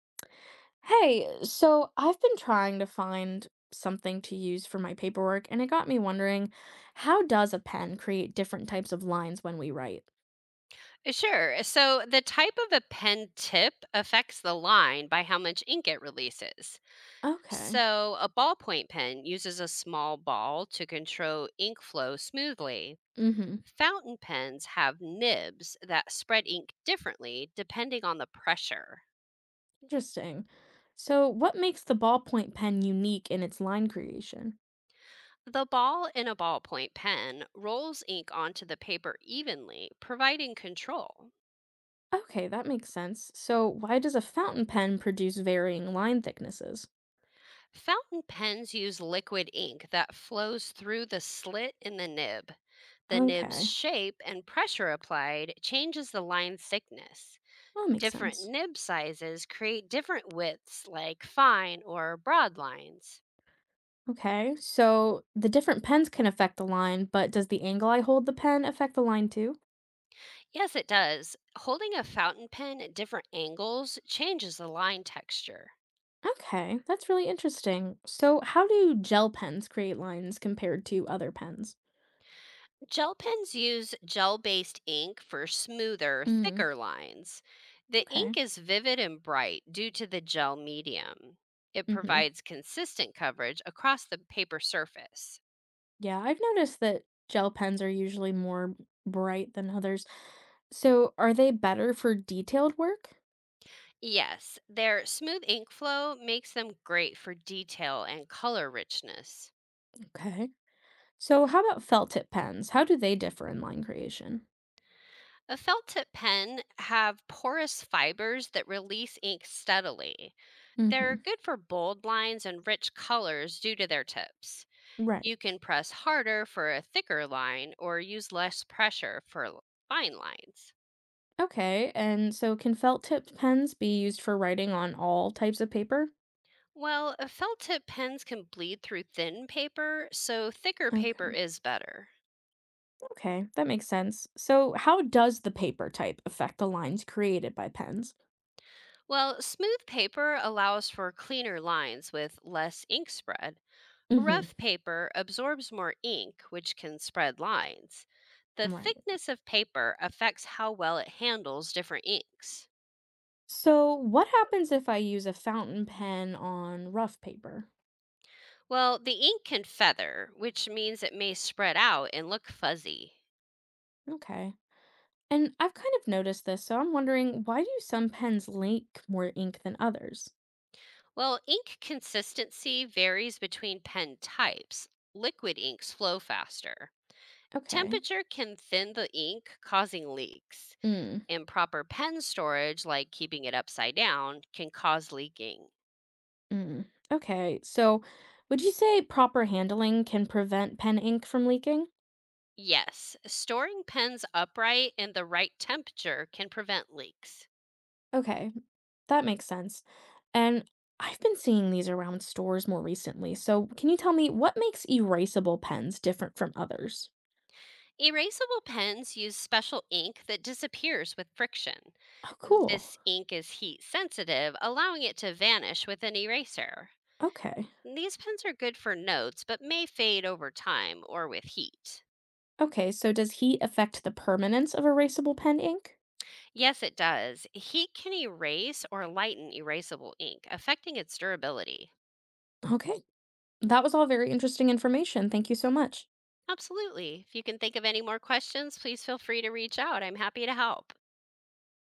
Hey, so I've been trying to find something to use for my paperwork, and it got me wondering, how does a pen create different types of lines when we write? Sure. So the type of a pen tip affects the line by how much ink it releases. Okay. So a ballpoint pen uses a small ball to control ink flow smoothly. Mm-hmm. Fountain pens have nibs that spread ink differently depending on the pressure. Interesting. So, what makes the ballpoint pen unique in its line creation? The ball in a ballpoint pen rolls ink onto the paper evenly, providing control. Okay, that makes sense. So, why does a fountain pen produce varying line thicknesses? Fountain pens use liquid ink that flows through the slit in the nib. The nib's Okay, shape and pressure applied changes the line thickness. that makes Different sense. nib sizes create different widths, like fine or broad lines. Okay, so the different pens can affect the line, but does the angle I hold the pen affect the line too? Yes, it does. Holding a fountain pen at different angles changes the line texture. Okay, that's really interesting. So, how do gel pens create lines compared to other pens? Gel pens use gel based ink for smoother, Mm, thicker lines. The okay. ink is vivid and bright due to the gel medium. It Hmm. provides consistent coverage across the paper surface. Yeah, I've noticed that gel pens are usually more bright than others. So, are they better for detailed work? Yes, their smooth ink flow makes them great for detail and color richness. Okay. So, how about felt tip pens? How do they differ in line creation? A felt tip pen have porous fibers that release ink steadily. They're Hmm. good for bold lines and rich colors due to their tips. Right. You can press harder for a thicker line or use less pressure for fine lines. Okay, and so can felt tip pens be used for writing on all types of paper? Well, felt tip pens can bleed through thin paper, so thicker paper Okay. is better. Okay, that makes sense. So, how does the paper type affect the lines created by pens? Well, smooth paper allows for cleaner lines with less ink spread. Hmm. Rough paper absorbs more ink, which can spread lines. The Right. thickness of paper affects how well it handles different inks. So, what happens if I use a fountain pen on rough paper? Well, the ink can feather, which means it may spread out and look fuzzy. Okay. And I've kind of noticed this, so I'm wondering, why do some pens leak more ink than others? Well, ink consistency varies between pen types. Liquid inks flow faster. Okay. Temperature can thin the ink, causing leaks. Mm, Improper pen storage, like keeping it upside down, can cause leaking. mm. Okay. So, would you say proper handling can prevent pen ink from leaking? Yes, storing pens upright in the right temperature can prevent leaks. Okay. That makes sense. And I've been seeing these around stores more recently. So, can you tell me what makes erasable pens different from others? Erasable pens use special ink that disappears with friction. Oh, cool. This ink is heat sensitive, allowing it to vanish with an eraser. Okay. These pens are good for notes, but may fade over time or with heat. Okay, so does heat affect the permanence of erasable pen ink? Yes, it does. Heat can erase or lighten erasable ink, affecting its durability. Okay. That was all very interesting information. Thank you so much. Absolutely. If you can think of any more questions, please feel free to reach out. I'm happy to help.